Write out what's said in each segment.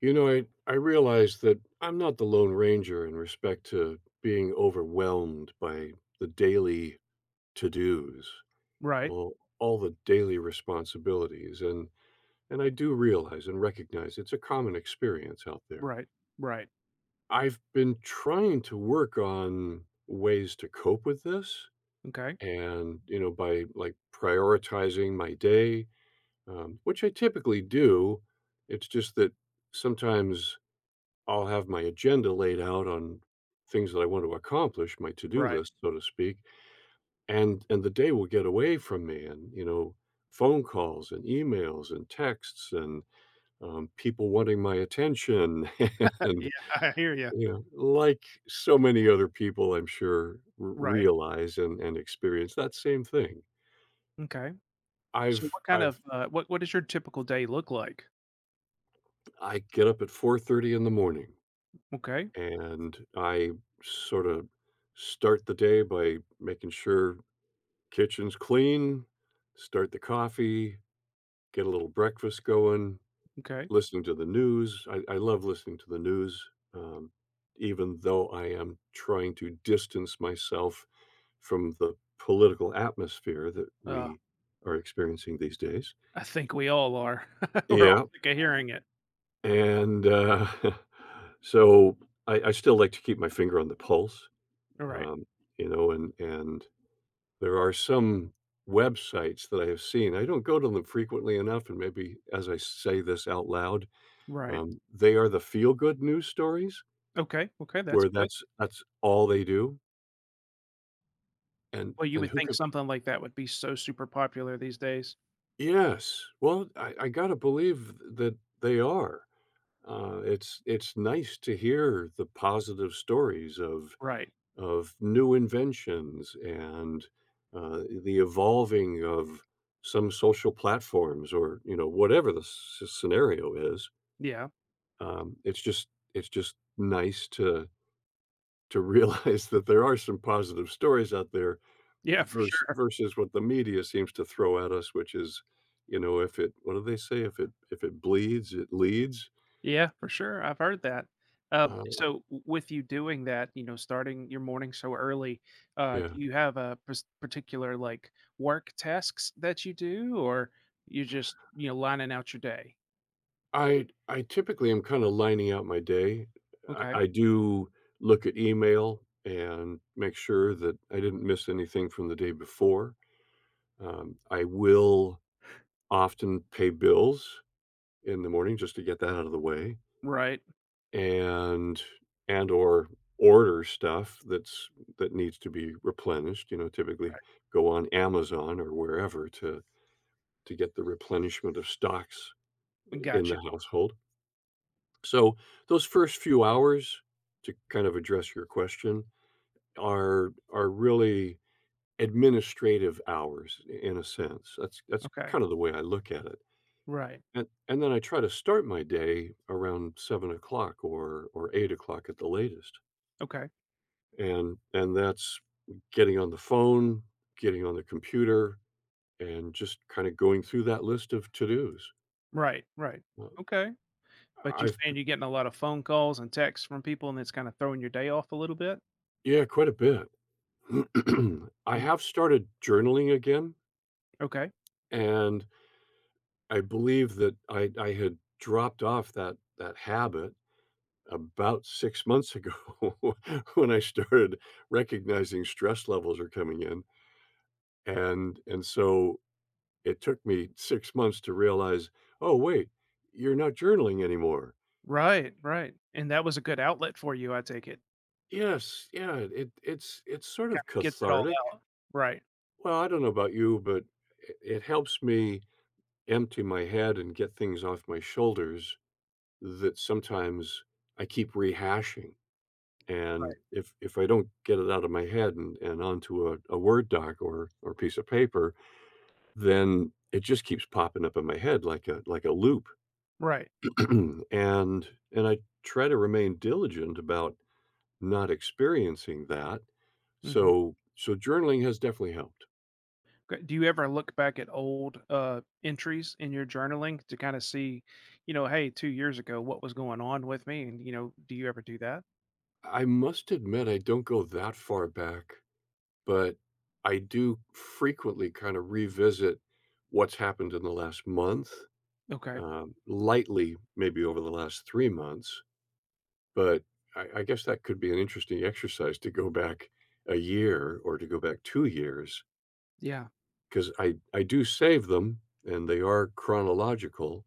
You know, I realize that I'm not the Lone Ranger in respect to being overwhelmed by the daily to dos, Right, all the daily responsibilities. And I do realize and recognize it's a common experience out there. right, right, I've been trying to work on ways to cope with this okay, and, you know, by like prioritizing my day, which I typically do. It's just that sometimes I'll have my agenda laid out on things that I want to accomplish, my to-do right, list, so to speak, and the day will get away from me and, phone calls and emails and texts and, people wanting my attention yeah, and, I hear you. you know, like so many other people, I'm sure, r Right, realize and experience that same thing. okay. So I've what kind of, I've what does your typical day look like? I get up at 4:30 in the morning, Okay, and I sorta start the day by making sure kitchen's clean, start the coffee, get a little breakfast going, okay, listening to the news. I love listening to the news, um, even though I am trying to distance myself from the political atmosphere that uh, we are experiencing these days. I think we all are. We're all Yeah, sick of hearing it. and, so I still like to keep my finger on the pulse, Right, um, you know, and there are some websites that I have seen, I don't go to them frequently enough, and maybe as I say this out loud, right, they are the feel-good news stories okay, okay, that's where good. That's all they do, and Well, you would who think could... something like that would be so super popular these days. Yes. Well, I gotta believe that they are. It's it's nice to hear the positive stories of Right, new inventions and the evolving of some social platforms or you know whatever the scenario is, yeah, it's just nice to realize that there are some positive stories out there yeah, for sure. versus what the media seems to throw at us, which is, you know, if it... what do they say? If it, if it bleeds it leads. Yeah, for sure. I've heard that. Uh, uh, so, w- with you doing that, you know, starting your morning so early, yeah, do you have a particular like work tasks that you do, or you just you know lining out your day? I typically am kinda lining out my day. Okay, I do look at email and make sure that I didn't miss anything from the day before. I will often pay bills in the morning just to get that out of the way right. and or order stuff that's that needs to be replenished, you know, typically go on Amazon or wherever to get the replenishment of stocks in Gotcha. the household. So those first few hours, to kind of address your question, are really administrative hours in a sense. That's Okay, kind of the way I look at it. right. And then I try to start my day around 7 o'clock or 8 o'clock at the latest. Okay, And that's getting on the phone, getting on the computer, and just kind of going through that list of to-dos. right. Right. Well, Okay. But you're I've saying you're getting a lot of phone calls and texts from people, and it's kind of throwing your day off a little bit. yeah, quite a bit. I Mm, have started journaling again. okay. And I believe that I had dropped off that habit about 6 months ago when I started recognizing stress levels are coming in, and so it took me 6 months to realize, "Oh, wait, you're not journaling anymore." Right. Right. And that was a good outlet for you, I take it. Yes, yeah, it it's sort Kind of of gets it all cathartic. out. Right. Well, I don't know about you, but it helps me empty my head and get things off my shoulders that sometimes I keep rehashing. And if I don't get it out of my head and onto a Word doc or piece of paper, then it just keeps popping up in my head like a loop. Right. And I try to remain diligent about not experiencing that. Mhm. So journaling has definitely helped. Do you ever look back at old, entries in your journaling to kinda see, you know, "Hey, 2 years ago, what was going on with me?" And, you know, do you ever do that? I must admit I don't go that far back, but I do frequently kind of revisit what's happened in the last month, Okay. Lightly maybe over the last 3 months, but I guess that could be an interesting exercise to go back a year or to go back 2 years, Yeah. because I do save them and they are chronological.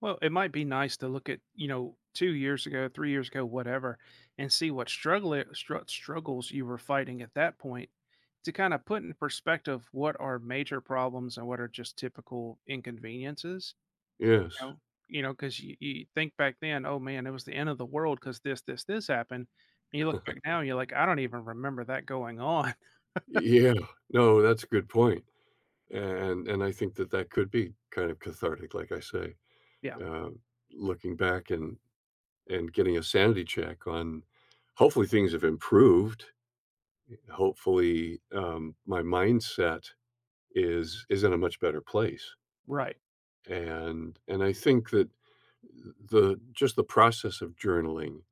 Well, it might be nice to look at, you know, 2 years ago, 3 years ago, whatever, and see what struggles you were fighting at that point to kinda put in perspective what are major problems and what are just typical inconveniences. Yes. Know You know, 'cause you think back then, "Oh, man, it was the end of the world because this happened." And you look back now, and you're like, "I don't even remember that going on." Yeah. No, that's a good point. And, I think that could be kind of cathartic, like I say, Yeah, uh, looking back and, getting a sanity check on... hopefully things have improved. Hopefully, my mindset is in a much better place. right. And I think that the just the process of journaling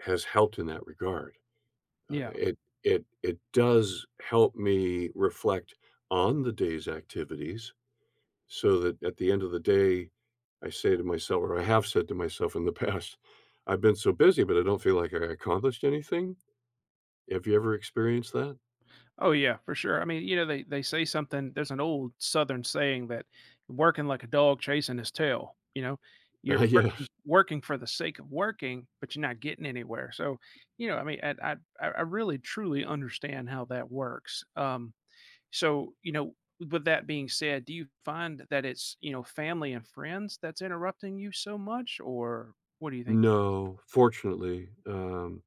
has helped in that regard. Uh, Yeah. it it it does help me reflect on the day's activities so that at the end of the day I say to myself, or I have said to myself in the past, I've been so busy, but I don't feel like I accomplished anything. Have you ever experienced that? Oh, yeah, for sure. I mean, you know, they say something there's an old Southern saying that, "Working like a dog chasing his tail," you know? You're Yes. working working for the sake of working, but you're not getting anywhere. So, you know, I mean, and I really truly understand how that works. So, you know, with that being said, do you find that it's, you know, family and friends that's interrupting you so much, or what do you think? No, fortunately,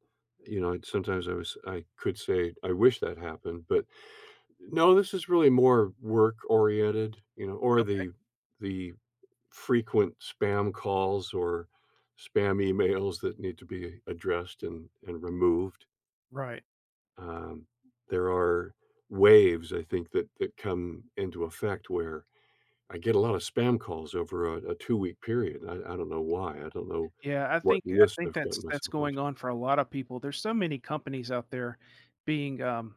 you know, I'd sometimes... I was... I could say I wish that happened, but no, this is really more work oriented, you know, or Okay. the frequent spam calls or spam emails that need to be addressed and removed. Right. Um, there are waves I think that come into effect where I get a lot of spam calls over a 2 week period. I don't know why. I don't know Yeah, I what think I list think I've gotten that's myself going onto. on for a lot of people. There's so many companies out there being um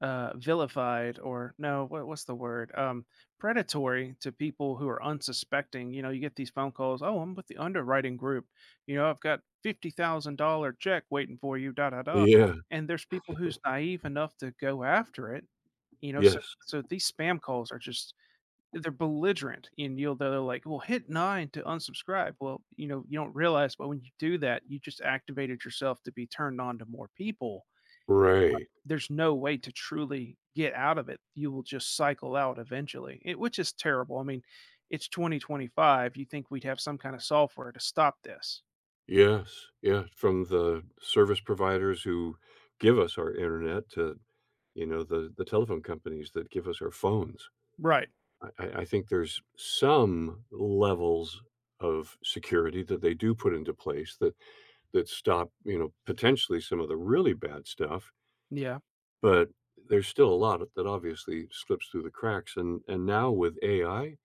uh vilified or no what, what's the word predatory to people who are unsuspecting. You know, you get these phone calls, "Oh, I'm with the underwriting group, you know, I've got $50,000 check waiting for you, da da da," Yeah, and there's people who's naive enough to go after it, you know. So yes, so these spam calls are just they're belligerent, and you'll they're like, "Well, hit nine to unsubscribe." Well, you know, you don't realize, but when you do that, you just activated yourself to be turned on to more people. right. There's no way to truly get out of it. You will just cycle out eventually, which is terrible. I mean, it's 2025. You think we'd have some kind of software to stop this? Yes, yeah, from the service providers who give us our internet to, you know, the telephone companies that give us our phones. Right. I think there's some levels of security that they do put into place, that that stop, you know, potentially some of the really bad stuff, Yeah. but there's still a lot that obviously slips through the cracks, and now with AI,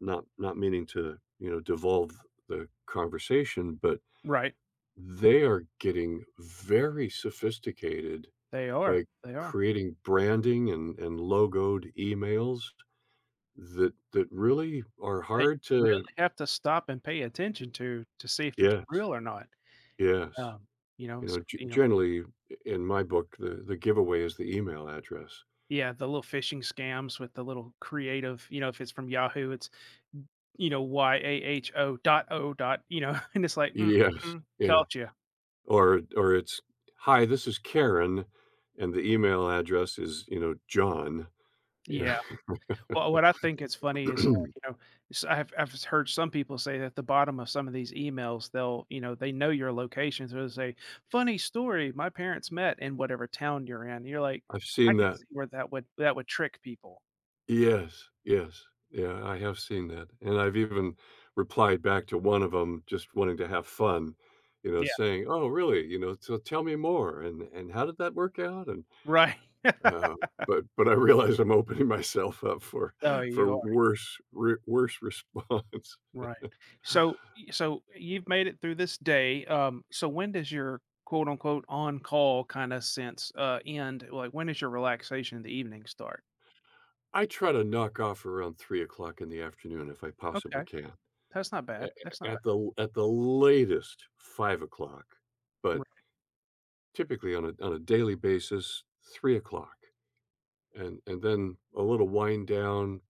not meaning to, you know, devolve the conversation, but... Right. They are getting very sophisticated They are. by They are. creating branding and logoed emails that really are That hard you to... really have to stop and pay attention to see if it's Yes, real or not. yes. Um, you know, You know, g you know, generally, in my book, the giveaway is the email address. yeah, the little phishing scams with the little creative, you know, if it's from Yahoo, it's, you know, y a h o dot, you know, and it's like, mm, Yes, mm, yeah, caught you. or it's, "Hi, this is Karen," and the email address is, you know, John. Yeah. Yeah. Well, what I think is funny is, you know, s I've heard some people say that the bottom of some of these emails, they'll, you know, they know your location, so they'll say, "Funny story, my parents met in whatever town you're in." You're like, I've "I seen can that. see where that would trick people." Yes, yes. Yeah, I have seen that, and I've even replied back to one of them, just wanting to have fun, you know, Yeah, saying, "Oh, really?" You know, "So tell me more, and how did that work out?" And, right. uh, but I realize I'm opening myself up for Oh, you are, worse response. right. So y so you've made it through this day, so when does your quote unquote "on call" kinda sense, end? Like, when does your relaxation in the evening start? I try to knock off around 3 o'clock in the afternoon if I possibly Okay, can. that's not A bad, that's a not bad. At the latest, 5 o'clock, but typically on a daily basis, 3 o'clock. And then a little wind down.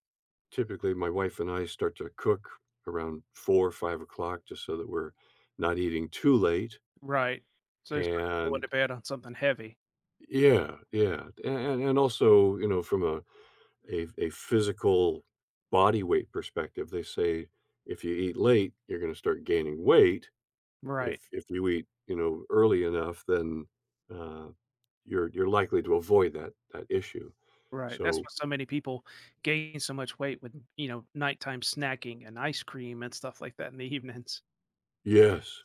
Typically, my wife and I start to cook around 4 or 5 o'clock, just so that we're not eating too late. Right. So it's like going to And bed on something heavy. yeah, and also, you know, from a a physical body weight perspective, they say if you eat late, you're going to start gaining weight. Right, If you eat, you know, early enough, then uh, you're likely to avoid that issue. right. That's So why so many people gain so much weight with, you know, nighttime snacking and ice cream and stuff like that in the evenings. yes,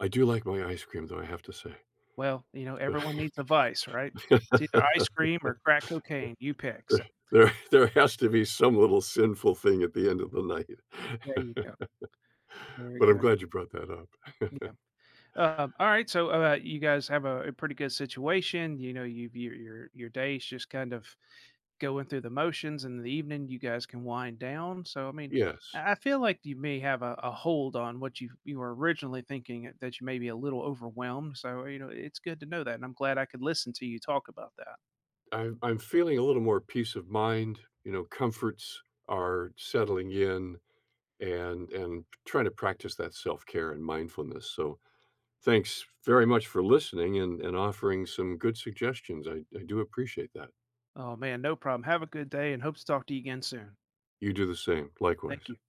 I do like my ice cream, though, I have to say. Well, you know, So everyone needs a vice, right? It's either ice cream or crack cocaine, you pick. there So there there has to be some little sinful thing at the end of the night, there you go. Very but I'm good. glad you brought that up. Yeah. All right, so you guys have a pretty good situation. You know, your days just kind of going through the motions, and in the evening you guys can wind down. So, I mean, Yes, I feel like you may have a hold on what you were originally thinking that you may be a little overwhelmed. So, you know, it's good to know that, and I'm glad I could listen to you talk about that. I'm feeling a little more peace of mind, you know, comforts are settling in and trying to practice that self-care and mindfulness, so thanks very much for listening and offering some good suggestions. I do appreciate that. Oh man, no problem. Have a good day, and hope to talk to you again soon. You do the same. Thank Likewise. you.